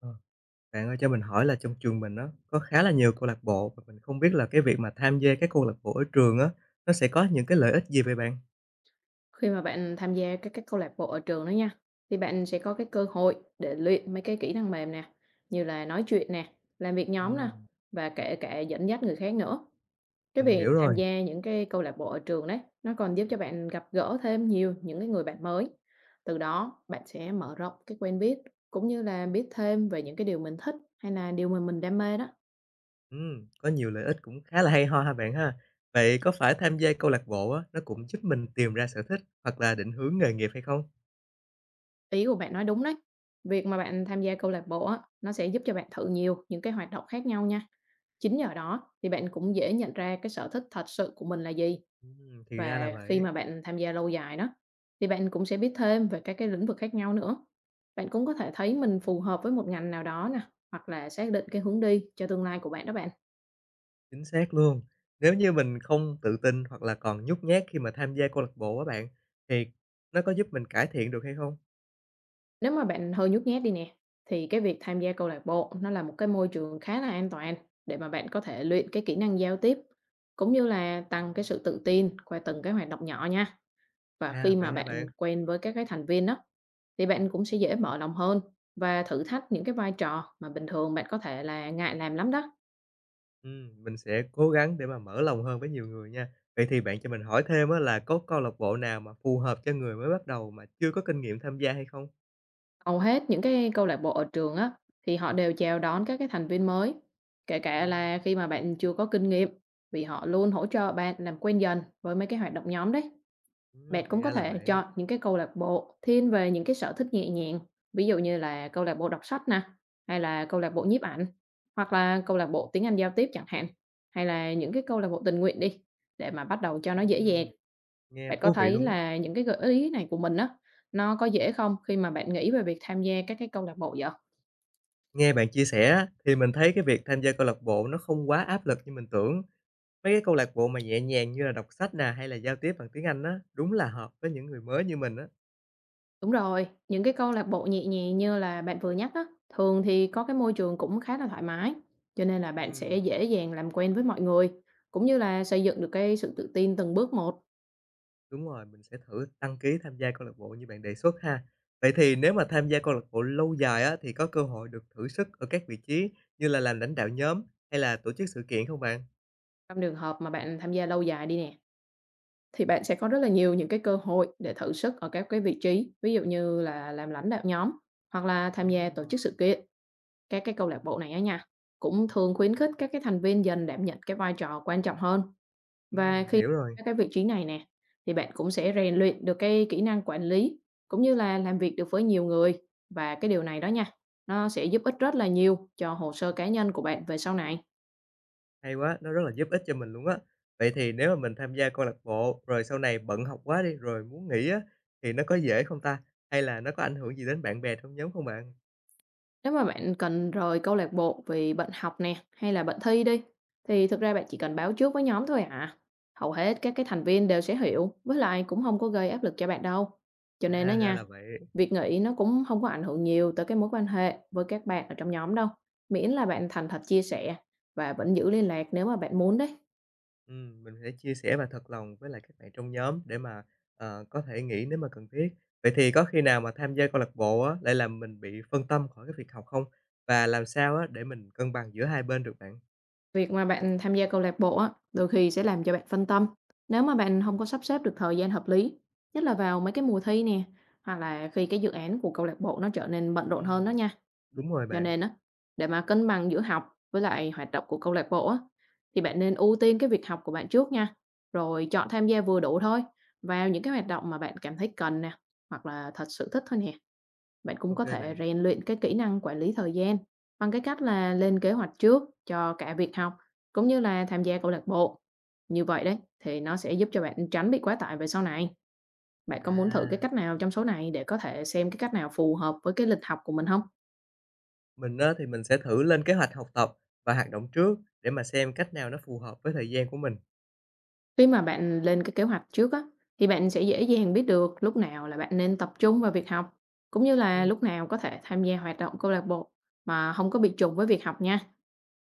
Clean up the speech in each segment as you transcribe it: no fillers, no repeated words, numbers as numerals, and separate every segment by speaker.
Speaker 1: Ờ, bạn ơi cho mình hỏi là trong trường mình á, có khá là nhiều câu lạc bộ và mình không biết là cái việc mà tham gia các câu lạc bộ ở trường á, nó sẽ có những cái lợi ích gì vậy bạn?
Speaker 2: Khi mà bạn tham gia các câu lạc bộ ở trường đó nha, thì bạn sẽ có cái cơ hội để luyện mấy cái kỹ năng mềm nè, như là nói chuyện nè, làm việc nhóm nè
Speaker 1: Ừm,
Speaker 2: và kể cả dẫn dắt người khác nữa. Cái
Speaker 1: mình
Speaker 2: việc
Speaker 1: hiểu
Speaker 2: tham
Speaker 1: rồi.
Speaker 2: gia những cái câu lạc bộ ở trường đấy, nó còn giúp cho bạn gặp gỡ thêm nhiều những cái người bạn mới. Từ đó bạn sẽ mở rộng cái quen biết cũng như là biết thêm về những cái điều mình thích hay là điều mà mình đam mê đó.
Speaker 1: Có nhiều lợi ích cũng khá là hay ho ha bạn ha. Vậy có phải tham gia câu lạc bộ á, nó cũng giúp mình tìm ra sở thích hoặc là định hướng nghề nghiệp hay không?
Speaker 2: Ý của bạn nói đúng đấy. Việc mà bạn tham gia câu lạc bộ á, nó sẽ giúp cho bạn thử nhiều những cái hoạt động khác nhau nha. Chính nhờ đó thì bạn cũng dễ nhận ra cái sở thích thật sự của mình là gì,
Speaker 1: Thì ra là
Speaker 2: và khi
Speaker 1: vậy,
Speaker 2: mà bạn tham gia lâu dài đó thì bạn cũng sẽ biết thêm về các cái lĩnh vực khác nhau nữa. Bạn cũng có thể thấy mình phù hợp với một ngành nào đó nè, hoặc là xác định cái hướng đi cho tương lai của bạn đó bạn.
Speaker 1: chính xác luôn. Nếu như mình không tự tin hoặc là còn nhút nhát khi mà tham gia câu lạc bộ á bạn, thì nó có giúp mình cải thiện được hay không?
Speaker 2: Nếu mà bạn hơi nhút nhát đi nè, thì cái việc tham gia câu lạc bộ nó là một cái môi trường khá là an toàn để mà bạn có thể luyện cái kỹ năng giao tiếp, cũng như là tăng cái sự tự tin qua từng cái hoạt động nhỏ nha. Và
Speaker 1: À,
Speaker 2: khi
Speaker 1: vậy
Speaker 2: mà
Speaker 1: hả
Speaker 2: bạn
Speaker 1: bạn?
Speaker 2: quen với các cái thành viên đó, thì bạn cũng sẽ dễ mở lòng hơn và thử thách những cái vai trò mà bình thường bạn có thể là ngại làm lắm đó.
Speaker 1: Mình sẽ cố gắng để mà mở lòng hơn với nhiều người nha. Vậy thì bạn cho mình hỏi thêm á là có câu lạc bộ nào mà phù hợp cho người mới bắt đầu mà chưa có kinh nghiệm tham gia hay không?
Speaker 2: Hầu hết những cái câu lạc bộ ở trường á, thì họ đều chào đón các cái thành viên mới, kể cả là
Speaker 1: Ừm,
Speaker 2: khi mà bạn chưa có kinh nghiệm, vì họ luôn hỗ trợ bạn làm quen dần với mấy cái hoạt động nhóm đấy.
Speaker 1: ừm,
Speaker 2: Bạn
Speaker 1: thì
Speaker 2: cũng có
Speaker 1: ra là
Speaker 2: thể
Speaker 1: vậy.
Speaker 2: chọn những cái câu lạc bộ thiên về những cái sở thích nhẹ nhàng, ví dụ như là câu lạc bộ đọc sách nè, hay là câu lạc bộ nhiếp ảnh, hoặc là câu lạc bộ tiếng Anh giao tiếp chẳng hạn, hay là những cái câu lạc bộ tình nguyện đi, để mà bắt đầu cho nó dễ dàng.
Speaker 1: Ừm, nghe
Speaker 2: Bạn có
Speaker 1: thú vị
Speaker 2: thấy
Speaker 1: luôn á.
Speaker 2: là những cái gợi ý này của mình á, nó có dễ không khi mà bạn nghĩ về việc tham gia các cái câu lạc bộ vậy?
Speaker 1: Nghe bạn chia sẻ á, thì mình thấy cái việc tham gia câu lạc bộ nó không quá áp lực như mình tưởng. Mấy cái câu lạc bộ mà nhẹ nhàng như là đọc sách nè hay là giao tiếp bằng tiếng Anh á, đúng là hợp với những người mới như mình á.
Speaker 2: Đúng rồi, những cái câu lạc bộ nhẹ nhàng như là bạn vừa nhắc á, thường thì có cái môi trường cũng khá là thoải mái, cho nên là bạn sẽ
Speaker 1: Ừm.
Speaker 2: dễ dàng làm quen với mọi người, cũng như là xây dựng được cái sự tự tin từng bước một.
Speaker 1: Đúng rồi, mình sẽ thử đăng ký tham gia câu lạc bộ như bạn đề xuất ha. Vậy thì nếu mà tham gia câu lạc bộ lâu dài á, thì có cơ hội được thử sức ở các vị trí như là làm lãnh đạo nhóm hay là tổ chức sự kiện không bạn?
Speaker 2: Trong trường hợp mà bạn tham gia lâu dài đi nè, thì bạn sẽ có rất là nhiều những cái cơ hội để thử sức ở các cái vị trí, ví dụ như là làm lãnh đạo nhóm hoặc là tham gia tổ chức sự
Speaker 1: Oh.
Speaker 2: kiện. Các cái câu lạc bộ này á nha, cũng thường khuyến khích các cái thành viên dần đảm nhận cái vai trò quan trọng hơn.
Speaker 1: Ừm,
Speaker 2: Và
Speaker 1: mình
Speaker 2: khi
Speaker 1: hiểu rồi.
Speaker 2: các cái vị trí này nè, thì bạn cũng sẽ rèn luyện được cái kỹ năng quản lý, cũng như là làm việc được với nhiều người, và cái điều này đó nha, nó sẽ giúp ích rất là nhiều cho hồ sơ cá nhân của bạn về sau này.
Speaker 1: Hay quá, nó rất là giúp ích cho mình luôn á. Vậy thì nếu mà mình tham gia câu lạc bộ rồi sau này bận học quá đi rồi muốn nghỉ á, thì nó có dễ không ta? Hay là nó có ảnh hưởng gì đến bạn bè trong nhóm không bạn?
Speaker 2: Nếu mà bạn cần rời câu lạc bộ vì bệnh học nè hay là bệnh thi đi, thì thực ra bạn chỉ cần báo trước với nhóm thôi à. Hầu hết các cái thành viên đều sẽ hiểu, với lại cũng không có gây áp lực cho bạn đâu. Cho nên đó
Speaker 1: À, ra
Speaker 2: nha,
Speaker 1: là vậy.
Speaker 2: việc nghỉ nó cũng không có ảnh hưởng nhiều tới cái mối quan hệ với các bạn ở trong nhóm đâu. Miễn là bạn thành thật chia sẻ và vẫn giữ liên lạc nếu mà bạn muốn đấy.
Speaker 1: Mình sẽ chia sẻ và thật lòng với lại các bạn trong nhóm để mà, ờ, có thể nghỉ nếu mà cần thiết. Vậy thì có khi nào mà tham gia câu lạc bộ á, lại làm mình bị phân tâm khỏi cái việc học không? Và làm sao á, để mình cân bằng giữa hai bên được bạn?
Speaker 2: Việc mà bạn tham gia câu lạc bộ á, đôi khi sẽ làm cho bạn phân tâm. Nếu mà bạn không có sắp xếp được thời gian hợp lý, nhất là vào mấy cái mùa thi nè, hoặc là khi cái dự án của câu lạc bộ nó trở nên bận rộn hơn đó
Speaker 1: Ừm,
Speaker 2: nha.
Speaker 1: đúng rồi
Speaker 2: Cho
Speaker 1: bạn.
Speaker 2: nên á, để mà cân bằng giữa học với lại hoạt động của câu lạc bộ á, thì bạn nên ưu tiên cái việc học của bạn trước nha, rồi chọn tham gia vừa đủ thôi vào những cái hoạt động mà bạn cảm thấy cần nè, hoặc là thật sự thích thôi nè. Bạn cũng có
Speaker 1: Ok
Speaker 2: thể
Speaker 1: bạn.
Speaker 2: rèn luyện cái kỹ năng quản lý thời gian bằng cái cách là lên kế hoạch trước cho cả việc học cũng như là tham gia câu lạc bộ. Như vậy đấy thì nó sẽ giúp cho bạn tránh bị quá tải về sau này. Bạn có muốn thử cái
Speaker 1: À,
Speaker 2: cách nào trong số này, để có thể xem cái cách nào phù hợp với cái lịch học của mình không?
Speaker 1: mình á, thì mình sẽ thử lên kế hoạch học tập và hoạt động trước để mà xem cách nào nó phù hợp với thời gian của mình.
Speaker 2: Khi mà bạn lên cái kế hoạch trước á, thì bạn sẽ dễ dàng biết được lúc nào là bạn nên tập trung vào việc học, cũng như là
Speaker 1: Ừm,
Speaker 2: lúc nào có thể tham gia hoạt động câu lạc bộ mà không có bị trùng với việc học nha.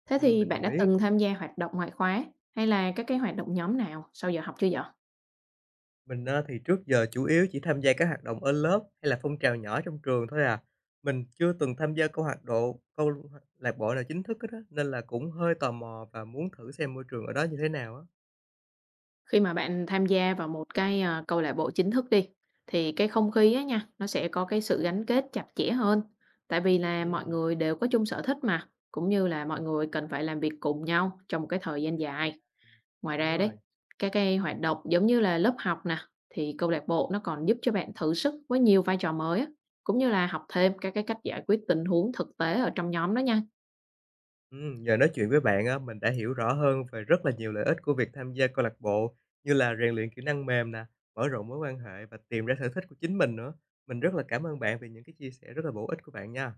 Speaker 2: Thế
Speaker 1: ừm,
Speaker 2: thì
Speaker 1: mình
Speaker 2: bạn
Speaker 1: đồng
Speaker 2: đã
Speaker 1: ý.
Speaker 2: từng tham gia hoạt động ngoại khóa hay là các cái hoạt động nhóm nào sau giờ học chưa vậy?
Speaker 1: Mình á, thì trước giờ chủ yếu chỉ tham gia các hoạt động ở lớp hay là phong trào nhỏ trong trường thôi à. Mình chưa từng tham gia câu hoạt độ câu lạc bộ nào chính thức hết á, nên là cũng hơi tò mò và muốn thử xem môi trường ở đó như thế nào á.
Speaker 2: Khi mà bạn tham gia vào một cái, câu lạc bộ chính thức đi, thì cái không khí á nha, nó sẽ có cái sự gắn kết chặt chẽ hơn, tại vì là mọi
Speaker 1: Ừm,
Speaker 2: người đều có chung sở thích mà, cũng như là mọi người cần phải làm việc cùng nhau trong một cái thời gian dài. Ngoài
Speaker 1: đúng
Speaker 2: ra đấy,
Speaker 1: rồi.
Speaker 2: các cái hoạt động giống như là lớp học nè, thì câu lạc bộ nó còn giúp cho bạn thử sức với nhiều vai trò mới á, cũng như là học thêm các cái cách giải quyết tình huống thực tế ở trong nhóm đó nha.
Speaker 1: Nhờ nói chuyện với bạn á, mình đã hiểu rõ hơn về rất là nhiều lợi ích của việc tham gia câu lạc bộ như là rèn luyện kỹ năng mềm nè, mở rộng mối quan hệ và tìm ra sở thích của chính mình nữa. Mình rất là cảm ơn bạn vì những cái chia sẻ rất là bổ ích của bạn nha.